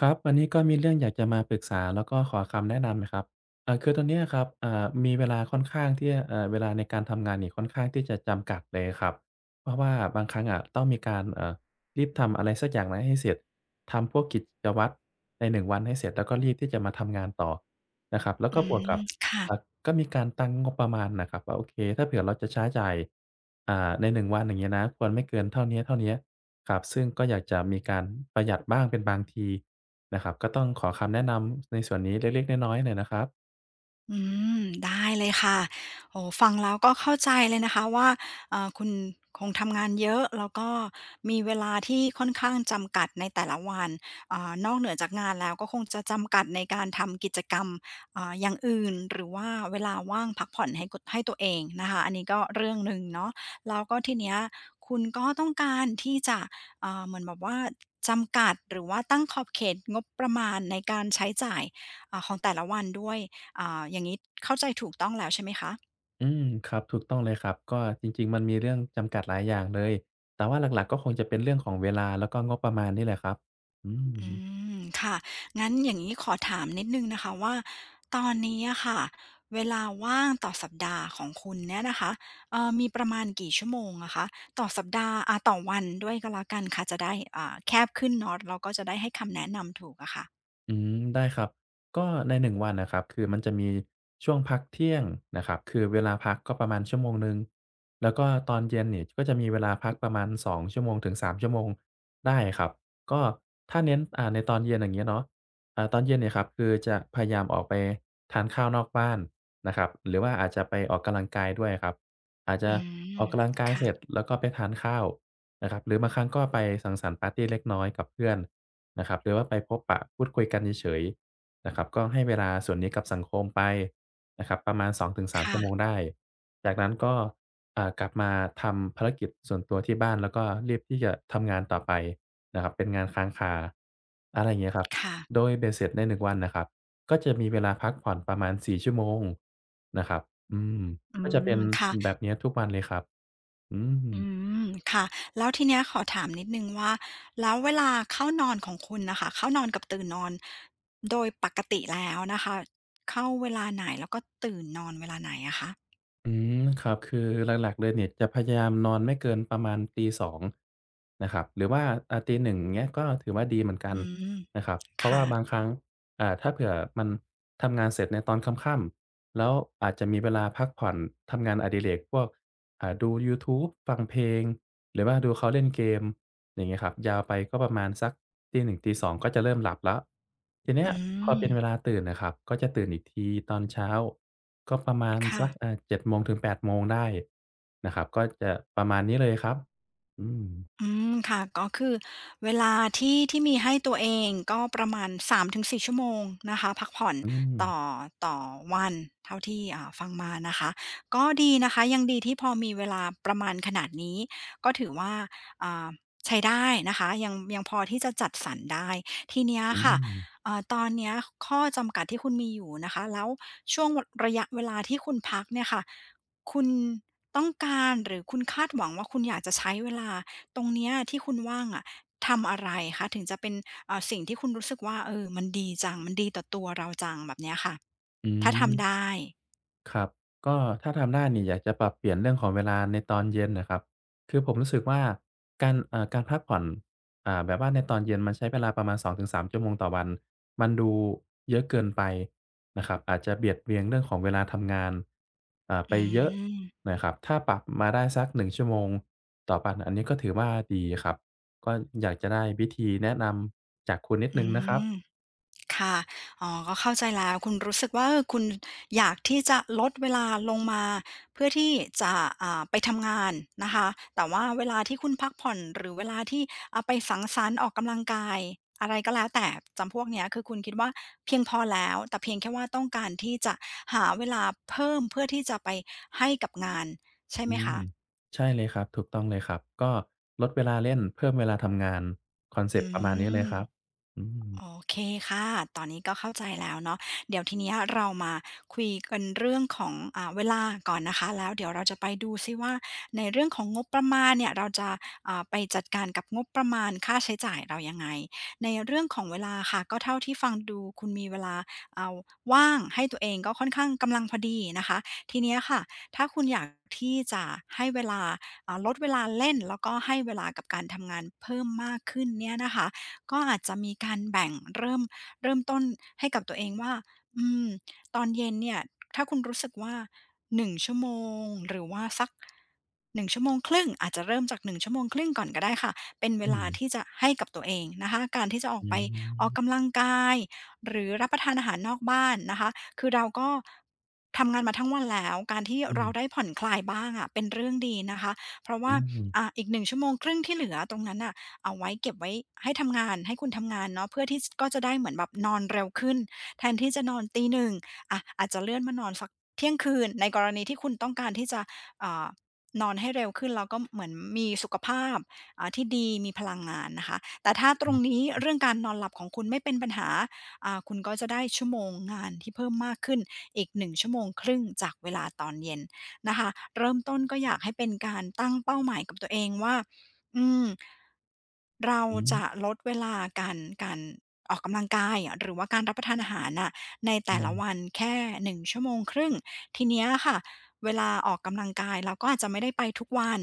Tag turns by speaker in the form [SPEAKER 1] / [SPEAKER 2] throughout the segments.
[SPEAKER 1] ครับวันนี้ก็มีเรื่องอยากจะมาปรึกษาแล้วก็ขอคำแนะนำนะครับคือตอนเนี้ยครับมีเวลาค่อนข้างที่จะเวลาในการทำงานนี่ค่อนข้างที่จะจำกัดเลยครับเพราะว่าบางครั้งอะต้องมีการรีบทำอะไรสักอย่างหนึ่งให้เสร็จทำพวกกิจวัตรในหนึ่งวันให้เสร็จแล้วก็รีบที่จะมาทำงานต่อนะครับแล้ว
[SPEAKER 2] อื
[SPEAKER 1] ก็บวก
[SPEAKER 2] ม
[SPEAKER 1] กับ
[SPEAKER 2] ค่ะ
[SPEAKER 1] อ่าก็มีการตั้งงบประมาณน่ะครับว่าโอเคถ้าเผื่อเราจะใช้จ่ายในหนึ่งวันอย่างเงี้ยนะควรไม่เกินเท่าเนี้ยๆครับซึ่งก็อยากจะมีการประหยัดบ้างเป็นบางที นะครับก็ต้องขอคำแนะนำในส่วนนี้เล็กๆน้อยๆหน่อยนะครับ
[SPEAKER 2] อืมได้เลยค่ะโอ้โฮฟังแล้วก็เข้าใจเลยนะคะว่าคุณคงทำงานเยอะแล้วก็มีเวลาที่ค่อนข้างจำกัดในแต่ละวันนอกเหนือจากงานแล้วก็คงจะจำกัดในการทำกิจกรรมอย่างอื่นหรือว่าเวลาว่างพักผ่อนให้กดให้ตัวเองนะคะอันนี้ก็เรื่องหนึ่งเนาะแล้วก็ทีเนี้ยคุณก็ต้องการที่จะเหมือนแบบว่าจำกัดหรือว่าตั้งขอบเขตงบประมาณในการใช้จ่ายของแต่ละวันด้วย อย่างนี้เข้าใจถูกต้องแล้วใช่ไหมคะ
[SPEAKER 1] อืมครับถูกต้องเลยครับก็จริงๆมันมีเรื่องจำกัดหลายอย่างเลยแต่ว่าหลักๆก็คงจะเป็นเรื่องของเวลาแล้วก็งบประมาณนี่แหละครับอื
[SPEAKER 2] อื
[SPEAKER 1] ม
[SPEAKER 2] มค่ะงั้นอย่างนี้ขอถามนิดนึงนะคะว่าตอนนี้อะค่ะเวลาว่างต่อสัปดาห์ของคุณเนี่ยนะคะมีประมาณกี่ชั่วโมงอะคะต่อสัปดาห์ต่อวันด้วยก็แล้วกันค่ะจะได้แคบขึ้นเนาะเราก็จะได้ให้คำแนะนำถูกอะค่ะ
[SPEAKER 1] อืมได้ครับก็ในหนึ่งวันนะครับคือมันจะมีช่วงพักเที่ยงนะครับคือเวลาพักก็ประมาณชั่วโมงหนึ่ง แล้วก็ตอนเย็นเนี่ยก็จะมีเวลาพักประมาณสองชั่วโมงถึงสามชั่วโมงได้ครับก็ถ้าเน้นในตอนเย็นอย่างเงี้ยเนาะตอนเย็นเนี่ยครับคือจะพยายามออกไปทานข้าวนอกบ้านนะครับหรือว่าอาจจะไปออกกำลังกายด้วยครับอาจจะ
[SPEAKER 2] อื
[SPEAKER 1] อ
[SPEAKER 2] ม
[SPEAKER 1] อกกำลังกาย
[SPEAKER 2] ค่ะ
[SPEAKER 1] เสร็จแล้วก็ไปทานข้าว นะครับหรือบางครั้งก็ไปสังสรรค์ปาร์ตีเล็กน้อยกับเพื่อนนะครับหรือว่าไปพบปะพูดคุยกันเฉยๆนะครับก็ให้เวลาส่วนนี้กับสังคมไปนะครับประมาณ2-3ชั่วโมง
[SPEAKER 2] ค่ะ
[SPEAKER 1] ได้จากนั้นก็กลับมาทำภารกิจส่วนตัวที่บ้านแล้วก็รีบที่จะทำงานต่อไปนะครับเป็นงานค้างคาอะไรอย่างเงี้ยครับ
[SPEAKER 2] ค่ะ
[SPEAKER 1] โดยเบ็ดเสร็จในหนึ่งวันน่ะครับก็จะมีเวลาพักผ่อนประมาณ4ชั่วโมงนะครับอืม
[SPEAKER 2] อื
[SPEAKER 1] ก็จะเป็น
[SPEAKER 2] มค่ะ
[SPEAKER 1] แบบเนี้ยทุกวันเลยครับอืม
[SPEAKER 2] อืมค่ะแล้วทีเนี้ยขอถามนิดหนึ่งว่าแล้วเวลาเข้านอนของคุณน่ะค่ะเข้านอนกับตื่นนอนโดยปกติแล้วนะคะเข้าเวลาไหนแล้วก็ตื่นนอนเวลาไหนอะคะ
[SPEAKER 1] อืมครับคือหลักๆเลยเนี่ยจะพยายามนอนไม่เกินประมาณตี2นะครับหรือว่าตี1เงี้ยก็ถือว่าดีเหมือนกั
[SPEAKER 2] อื
[SPEAKER 1] น
[SPEAKER 2] ม
[SPEAKER 1] นะครับเพราะ
[SPEAKER 2] ค่ะ
[SPEAKER 1] ว่าบางครั้ง ถ้าเผื่อมันทำงานเสร็จในตอนค่ำๆแล้วอาจจะมีเวลาพักผ่อนทำงานอดิเรกพวกดูยูทูบฟังเพลงหรือว่าดูเขาเล่นเกมอย่างงี้ครับยาวไปก็ประมาณสักตีหนึ1งตี2องก็จะเริ่มหลับแล้วทีเนี้
[SPEAKER 2] อื
[SPEAKER 1] ยพอ
[SPEAKER 2] ม
[SPEAKER 1] เป็นเวลาตื่นน่ะครับก็จะตื่นอีกทีตอนเช้าก็ประมาณ
[SPEAKER 2] ค่ะ
[SPEAKER 1] สักเจ็ดโมงถึงแปดโมงได้นะครับก็จะประมาณนี้เลยครับอืม
[SPEAKER 2] อืมค่ะก็คือเวลาที่มีให้ตัวเองก็ประมาณ3-4ชั่วโมงนะคะพักผ่อน
[SPEAKER 1] อืม
[SPEAKER 2] ต่อต่อวันเท่าที่ฟังมานะคะก็ดีนะคะยังดีที่พอมีเวลาประมาณขนาดนี้ก็ถือว่าอ่าใช้ได้นะคะยังพอที่จะจัดสรรได้ทีเนี้ย
[SPEAKER 1] อื
[SPEAKER 2] ค่ะ
[SPEAKER 1] ม
[SPEAKER 2] ตอนเนี้ยข้อจำกัดที่คุณมีอยู่นะคะแล้วช่วงวระยะเวลาที่คุณพักเนี่ยค่ะคุณต้องการหรือคุณคาดหวังว่าคุณอยากจะใช้เวลา ตรงเนี้ยที่คุณว่างอะทำอะไรคะถึงจะเป็นสิ่งที่คุณรู้สึกว่าเออมันดีจังมันดีต่อตัวเราจังแบบเนี้ยค่ะ
[SPEAKER 1] อื
[SPEAKER 2] ถ้าทำ
[SPEAKER 1] ม
[SPEAKER 2] ได้
[SPEAKER 1] ครับก็ถ้าทำได้นี่อยากจะปรับเปลี่ยนเรื่องของเวลาในตอนเย็นน่ะครับคือผมรู้สึกว่าการการพักผ่อนแบบว่าในตอนเย็นมันใช้เวลาประมาณสองถึงสามชั่วโมงต่อวันมันดูเยอะเกินไปนะครับอาจจะเบียดเบียนเรื่องของเวลาทำงานไป
[SPEAKER 2] อื
[SPEAKER 1] เยอะ
[SPEAKER 2] ม
[SPEAKER 1] นะครับถ้าปรับมาได้สักหนึ่งชั่วโมงต่อวันอันนี้ก็ถือว่าดีครับก็อยากจะได้วิธีแนะนำจากคุณนิดห
[SPEAKER 2] อื
[SPEAKER 1] นึ่งนะครับ
[SPEAKER 2] ม ค่ะอ๋อก็เข้าใจแล้วคุณรู้สึกว่าเออคุณอยากที่จะลดเวลาลงมาเพื่อที่จะไปทำงานนะคะแต่ว่าเวลาที่คุณพักผ่อนหรือเวลาที่ไปสังสรรค์ออกกำลังกายอะไรก็แล้วแต่จำพวกเนี้ยคือคุณคิดว่าเพียงพอแล้วแต่เพียงแค่ว่าต้องการที่จะหาเวลาเพิ่มเพื่อที่จะไปให้กับงานใช่
[SPEAKER 1] อื
[SPEAKER 2] ไหม
[SPEAKER 1] ม
[SPEAKER 2] คะ
[SPEAKER 1] ใช่เลยครับถูกต้องเลยครับก็ลดเวลาเล่นเพิ่มเวลาทำงานคอนเซ
[SPEAKER 2] อื
[SPEAKER 1] ปต์ประมาณนี้เลย
[SPEAKER 2] ม
[SPEAKER 1] ครับอื
[SPEAKER 2] โอ
[SPEAKER 1] ม
[SPEAKER 2] เคค่ะ ตอนนี้ก็เข้าใจแล้วเนาะเดี๋ยวทีเนี้ยเรามาคุยกันเรื่องของเวลาก่อนนะคะ แล้วเดี๋ยวเราจะไปดูซิว่าในเรื่องของงบประมาณเนี่ย เราจะไปจัดการกับงบประมาณค่าใช้จ่ายเรายังไงในเรื่องของเวลาค่ะ ก็เท่าที่ฟังดูคุณมีเวลาอ่าว่างให้ตัวเองก็ค่อนข้างกำลังพอดีนะคะ ทีเนี้ยค่ะถ้าคุณอยากที่จะให้เวลาลดเวลาเล่นแล้วก็ให้เวลากับการทำงานเพิ่มมากขึ้นเนี่ยนะคะ ก็อาจจะมีการแบ่งเริ่มต้นให้กับตัวเองว่าอืมตอนเย็นเนี่ยถ้าคุณรู้สึกว่า1ชั่วโมงหรือว่าสัก1ชั่วโมงครึ่งอาจจะเริ่มจาก1ชั่วโมงครึ่งก่อนก็ได้ค่ะเป็นเว
[SPEAKER 1] อื
[SPEAKER 2] ลา
[SPEAKER 1] ม
[SPEAKER 2] ที่จะให้กับตัวเองนะคะการที่จะออก
[SPEAKER 1] อื
[SPEAKER 2] ไปออก
[SPEAKER 1] ม
[SPEAKER 2] กำลังกายหรือรับประทานอาหารนอกบ้านนะคะคือเราก็ทำงานมาทั้งวันแล้วการที่
[SPEAKER 1] อื
[SPEAKER 2] เรา
[SPEAKER 1] ม
[SPEAKER 2] ได้ผ่อนคลายบ้างอะเป็นเรื่องดีนะคะเพราะว่า
[SPEAKER 1] อืม
[SPEAKER 2] อีก1ชั่วโมงครึ่งที่เหลือตรงนั้นน่ะ เอาไว้เก็บไว้ให้ทำงานให้คุณทำงานเนาะเพื่อที่สก็จะได้เหมือนแบบนอนเร็วขึ้นแทนที่จะนอนตีหนงอะอาจจะเลื่อนมานอนสักเที่ยงคืนในกรณีที่คุณต้องการที่จะอ่านอนให้เร็วขึ้นแล้วก็เหมือนมีสุขภาพที่ดีมีพลังงานนะคะแต่ถ้าตร
[SPEAKER 1] อื
[SPEAKER 2] ง
[SPEAKER 1] ม
[SPEAKER 2] นี้เรื่องการนอนหลับของคุณไม่เป็นปัญหาคุณก็จะได้ชั่วโมงงานที่เพิ่มมากขึ้นอีกหนึ่งชั่วโมงครึ่งจากเวลาตอนเย็นนะคะเริ่มต้นก็อยากให้เป็นการตั้งเป้าหมายกับตัวเองว่า อืมเรา
[SPEAKER 1] อื
[SPEAKER 2] จะ
[SPEAKER 1] ม
[SPEAKER 2] ลดเวลาการการออกกำลังกายหรือว่าการรับประทานอาหารน่ะใน
[SPEAKER 1] อื
[SPEAKER 2] แต่ละ
[SPEAKER 1] ม
[SPEAKER 2] วันแค่1ชั่วโมงครึ่งทีเนี้ยค่ะเวลาออกกำลังกายเราก็อาจจะไม่ได้ไปทุกวัน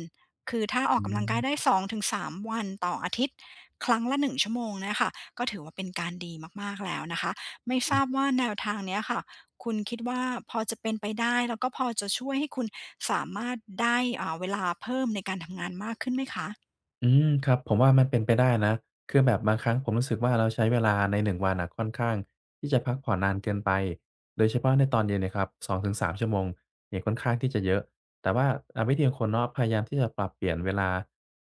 [SPEAKER 2] คือถ้าออก
[SPEAKER 1] อื
[SPEAKER 2] กำลังกายได้
[SPEAKER 1] ม
[SPEAKER 2] สองถึงสา3วันต่ออาทิตย์ครั้งละหนึ่งชั่วโมงเนี่ยค่ะก็ถือว่าเป็นการดีมากๆแล้วนะคะไม่ทราบว่าแนวทางเนี้ยค่ะคุณคิดว่าพอจะเป็นไปได้แล้วก็พอจะช่วยให้คุณสามารถได้เวลาเพิ่มในการทำงานมากขึ้นไหมคะ
[SPEAKER 1] อืมครับผมว่ามันเป็นไปได้นะคือแบบบางครั้งผมรู้สึกว่าเราใช้เวลาในหนึ่งวันน่ะค่อนข้างที่จะพักผ่อนนานเกินไปโดยเฉพาะในตอนเย็นเนี่ยครับ2-3ชั่วโมงเนี่ยค่อนข้างที่จะเยอะแต่ว่าวิธีของคุณเนาะพยายามที่จะปรับเปลี่ยนเวลา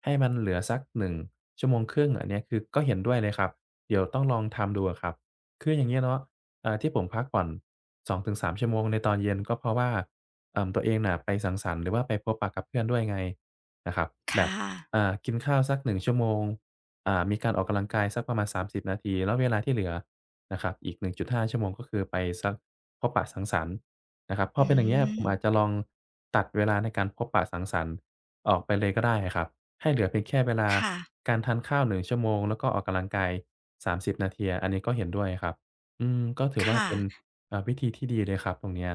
[SPEAKER 1] ให้มันเหลือสักหนึ่งชั่วโมงครึ่งอันเนี้ยคือก็เห็นด้วยเลยครับเดี๋ยวต้องลองทำดูอะครับคืออย่างเงี้ยเนาะที่ผมพักผ่อนสองถึงสามชั่วโมงในตอนเย็นก็เพราะว่าตัวเองน่ะไปสังสรรค์หรือว่าไปพบปะกับเพื่อนด้วยไงนะครับแบบ
[SPEAKER 2] ค่ะ
[SPEAKER 1] กินข้าวสักหนึ่งชั่วโมงมีการออกกำลังกายสักประมาณสามสิบนาทีแล้วเวลาที่เหลือนะครับอีก1.5ชั่วโมงก็คือไปสักพบปะสังสรรค์นะครับพอ
[SPEAKER 2] อื
[SPEAKER 1] เป็นอย่างเงี้ยผมอาจ
[SPEAKER 2] ม
[SPEAKER 1] จะลองตัดเวลาในการพบปะสังสรรค์ออกไปเลยก็ได้อะครับให้เหลือเพียงแค่เวลา
[SPEAKER 2] ค่ะ
[SPEAKER 1] การทานข้าวหนึ่งชั่วโมงแล้วก็ออกกำลังกายสามสิบนาทีอันนี้ก็เห็นด้วยครับอืมก็ถือ
[SPEAKER 2] ค
[SPEAKER 1] ว่าเป็น
[SPEAKER 2] ่ะ
[SPEAKER 1] วิธีที่ดีเลยครับตรงเนี้ย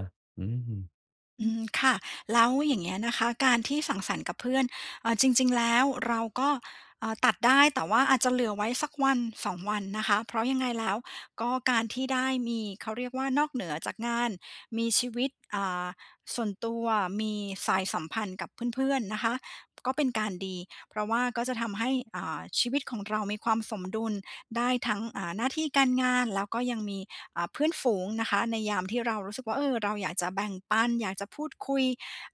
[SPEAKER 2] อืมค่ะแล้วอย่างเงี้ยนะคะการที่สังสรรค์กับเพื่อนจริงๆแล้วเราก็ตัดได้แต่ว่าอาจจะเหลือไว้สักวันสองวันนะคะเพราะยังไงแล้วก็การที่ได้มีเขาเรียกว่านอกเหนือจากงานมีชีวิตส่วนตัวมีสายสัมพันธ์กับเพื่อนๆนะคะก็เป็นการดีเพราะว่าก็จะทำให้ชีวิตของเรามีความสมดุล ได้ทั้งหน้าที่การงานแล้วก็ยังมีเพื่อนฝูงนะคะในยามที่เรารู้สึกว่าเออเราอยากจะแบ่งปันอยากจะพูดคุย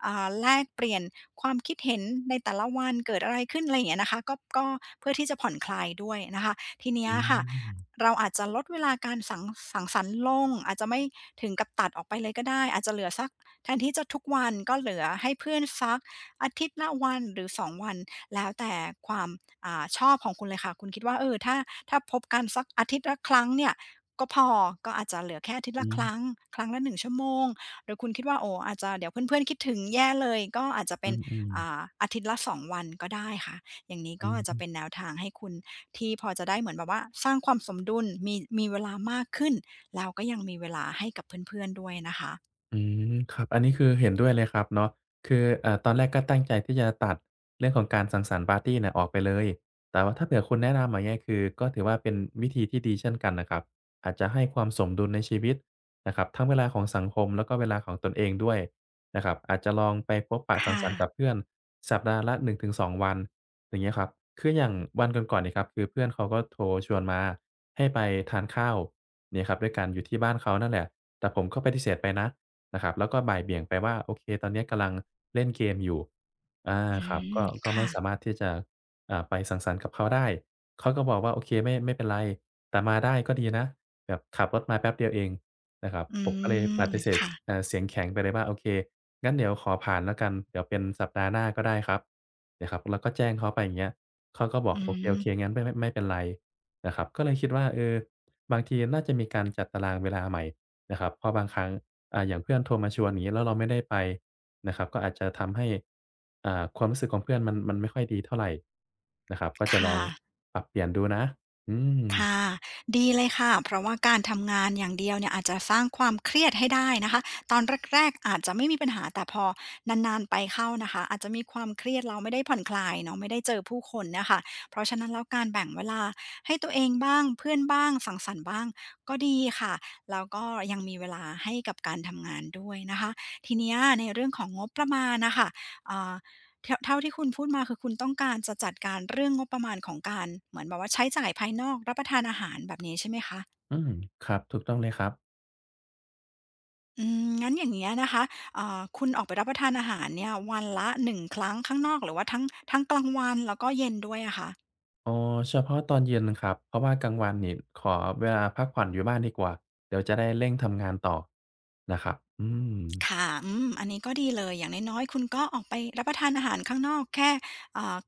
[SPEAKER 2] แลกเปลี่ยนความคิดเห็นในแต่ละวันเกิดอะไรขึ้นอะไรอย่างเงี้ยนะคะก็เพื่อที่จะผ่อนคลายด้วยนะคะทีเนี้ย
[SPEAKER 1] อื
[SPEAKER 2] ค่ะ
[SPEAKER 1] ม
[SPEAKER 2] เราอาจจะลดเวลาการสังสรรค์ลงอาจจะไม่ถึงกับตัดออกไปเลยก็ได้อาจจะเหลือสักแทนที่จะทุกวันก็เหลือให้เพื่อนสักอาทิตย์ละวันหรือสองวันแล้วแต่ความ ชอบของคุณเลยค่ะคุณคิดว่าเออถ้าพบกันสักอาทิตย์ละครั้งเนี่ยก็พอก็อาจจะเหลือแค่อาทิตย์
[SPEAKER 1] อื
[SPEAKER 2] ละครั้ง
[SPEAKER 1] ม
[SPEAKER 2] ครั้งละ1ชั่วโมงหรือคุณคิดว่าโอ้อาจจะเดี๋ยวเพื่อนๆคิดถึงแย่เลยก็อาจจะ
[SPEAKER 1] อื
[SPEAKER 2] เป็น
[SPEAKER 1] มอืม
[SPEAKER 2] อาทิตย์ละสองวันก็ได้ค่ะอย่างนี้ก็
[SPEAKER 1] อื
[SPEAKER 2] อาจจะ
[SPEAKER 1] ม
[SPEAKER 2] เป็นแนวทางให้คุณที่พอจะได้เหมือนแบบว่าสร้างความสมดุลมีเวลามากขึ้นแล้วก็ยังมีเวลาให้กับเพื่อนๆด้วยนะคะ
[SPEAKER 1] อืมครับอันนี้คือเห็นด้วยเลยครับเนาะคือตอนแรกก็ตั้งใจที่จะตัดเรื่องของการสังสรรค์ปาร์ตีเนี่ยออกไปเลยแต่ว่าถ้าเผื่อคุณแนะนำมาเนี่ยคือก็ถือว่าเป็นวิธีที่ดีเช่นกันนะครับอาจจะให้ความสมดุลในชีวิตนะครับทั้งเวลาของสังคมแล้วก็เวลาของตนเองด้วยนะครับอาจจะลองไปพบปะสัง
[SPEAKER 2] ค่ะ
[SPEAKER 1] สรรค์กับเพื่อนสัปดาห์ละ1 ถึง 2 วันอย่างเงี้ยครับคืออย่างวันก่อนๆเนี่ยครับคือเพื่อนเขาก็โทรชวนมาให้ไปทานข้าวเนี่ยครับด้วยกันอยู่ที่บ้านเขานั่นแหละแต่ผมก็ปฏิเสธไปนะ นะครับแล้วก็บ่ายเบี่ยงไปว่าโอเคตอนเนี้ยกำลังเล่นเกมอยู่อา
[SPEAKER 2] อื
[SPEAKER 1] ครับ
[SPEAKER 2] ม
[SPEAKER 1] ก็ไม่
[SPEAKER 2] ค่ะ
[SPEAKER 1] สามารถที่จะไปสังสรรค์กับเขาได้เขาก็บอกว่าโอเคไม่ไม่เป็นไรแต่มาได้ก็ดีนะแบบขับรถมาแป๊บเดียวเองนะครับ
[SPEAKER 2] อื
[SPEAKER 1] ผมก็เลยป
[SPEAKER 2] ม
[SPEAKER 1] ฏิเสธ
[SPEAKER 2] ค่ะ
[SPEAKER 1] เสียงแข็งไปเลยว่าโอเคงั้นเดี๋ยวขอผ่านแล้วกันเดี๋ยวเป็นสัปดาห์หน้าก็ได้ครับนะครับแล้วก็แจ้งเขาไปอย่างเงี้ยเขาก็บอ
[SPEAKER 2] อื
[SPEAKER 1] กโอเค
[SPEAKER 2] ม
[SPEAKER 1] โอเคงั้นไม่ไม่ไม่เป็นไรนะครับก็เลยคิดว่าเออบางทีน่าจะมีการจัดตารางเวลาใหม่นะครับเพราะบางครั้ง อย่างเพื่อนโทรมาชวนอย่างงี้แล้วเราไม่ได้ไปนะครับก็อาจจะทำให้ความรู้สึกของเพื่อนมันไม่ค่อยดีเท่าไรนะครับก็จะลอ
[SPEAKER 2] ค่ะ
[SPEAKER 1] งปรับเปลี่ยนดูนะอืม
[SPEAKER 2] ค่ะดีเลยค่ะเพราะว่าการทำงานอย่างเดียวเนี่ยอาจจะสร้างความเครียดให้ได้นะคะตอนแรกๆอาจจะไม่มีปัญหาแต่พอนานๆไปเข้านะคะอาจจะมีความเครียดเราไม่ได้ผ่อนคลายเนาะไม่ได้เจอผู้คนเนี่ยค่ะเพราะฉะนั้นแล้วการแบ่งเวลาให้ตัวเองบ้างเพื่อนบ้างสังสรรค์บ้างก็ดีค่ะแล้วก็ยังมีเวลาให้กับการทำงานด้วยนะคะทีเนี้ยในเรื่องของงบประมาณน่ะค่ะอ่า เท่าที่คุณพูดมาคือคุณต้องการจะจัดการเรื่องงบประมาณของการเหมือนแบบว่าใช้จ่ายภายนอกรับประทานอาหารแบบนี้ใช่ไหมคะ
[SPEAKER 1] อืมครับถูกต้องเลยครับ
[SPEAKER 2] อืมงั้นอย่างเงี้ยนะคะคุณออกไปรับประทานอาหารเนี่ยวันละหนึ่งครั้งข้างนอกหรือว่าทั้งกลางวันแล้วก็เย็นด้วยอะคะ
[SPEAKER 1] อ๋อเฉพาะตอนเย็นครับเพราะว่ากลางวันนี่ขอเวลาพักผ่อนอยู่บ้านดีกว่าเดี๋ยวจะได้เร่งทำงานต่อนะครับอืม
[SPEAKER 2] ค่ะอืมอันนี้ก็ดีเลย อย่างน้อยๆ คุณก็ออกไปรับประทานอาหารข้างนอกแค่อ่า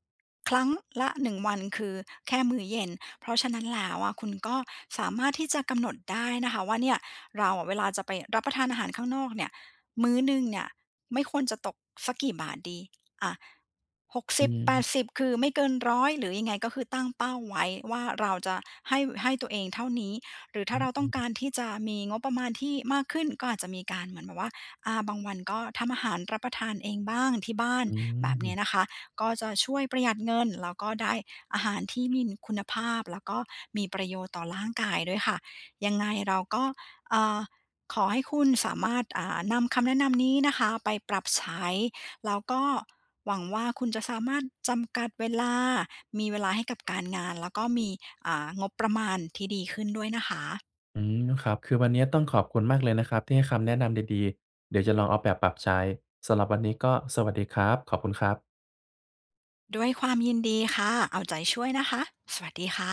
[SPEAKER 2] ครั้งละหนึ่งวันคือแค่มื้อเย็น เพราะฉะนั้นแล้วอะคุณก็สามารถที่จะกำหนดได้นะคะว่าเนี่ยเราอะเวลาจะไปรับประทานอาหารข้างนอกเนี่ยมื้อหนึ่งเนี่ยไม่ควรจะตกสักกี่บาทดีอะหก
[SPEAKER 1] อื
[SPEAKER 2] สิบแป
[SPEAKER 1] ม
[SPEAKER 2] ดสิบคือไม่เกิน100หรือยังไงก็คือตั้งเป้าไว้ว่าเราจะให้ตัวเองเท่านี้หรือ
[SPEAKER 1] อ
[SPEAKER 2] ถ้าเราต้อ
[SPEAKER 1] ือ
[SPEAKER 2] งการที่จะมีงบประมาณที่มากขึ้นก็อาจจะมีการเหมือนแบบว่า อาบางวันก็ทำอาหารรับประทานเองบ้างที่บ้าน
[SPEAKER 1] อื
[SPEAKER 2] แบบเนี้ยนะ
[SPEAKER 1] ม
[SPEAKER 2] คะก็จะช่วยประหยัดเงินแล้วก็ได้อาหารที่มีคุณภาพแล้วก็มีประโยชน์ต่อร่างกายด้วยค่ะยังไงเราก็เอ่อขอให้คุณสามารถนำคำแนะนำนี้นะคะไปปรับใช้แล้วก็หวังว่าคุณจะสามารถจำกัดเวลามีเวลาให้กับการงานแล้วก็มีงบประมาณที่ดีขึ้นด้วยนะคะ
[SPEAKER 1] อืมครับคือวันนี้ต้องขอบคุณมากเลยนะครับที่ให้คำแนะนำดีๆเดี๋ยวจะลองเอาแบบปรับใช้สำหรับวันนี้ก็สวัสดีครับขอบคุณครับ
[SPEAKER 2] ด้วยความยินดีค่ะเอาใจช่วยนะคะสวัสดีค่ะ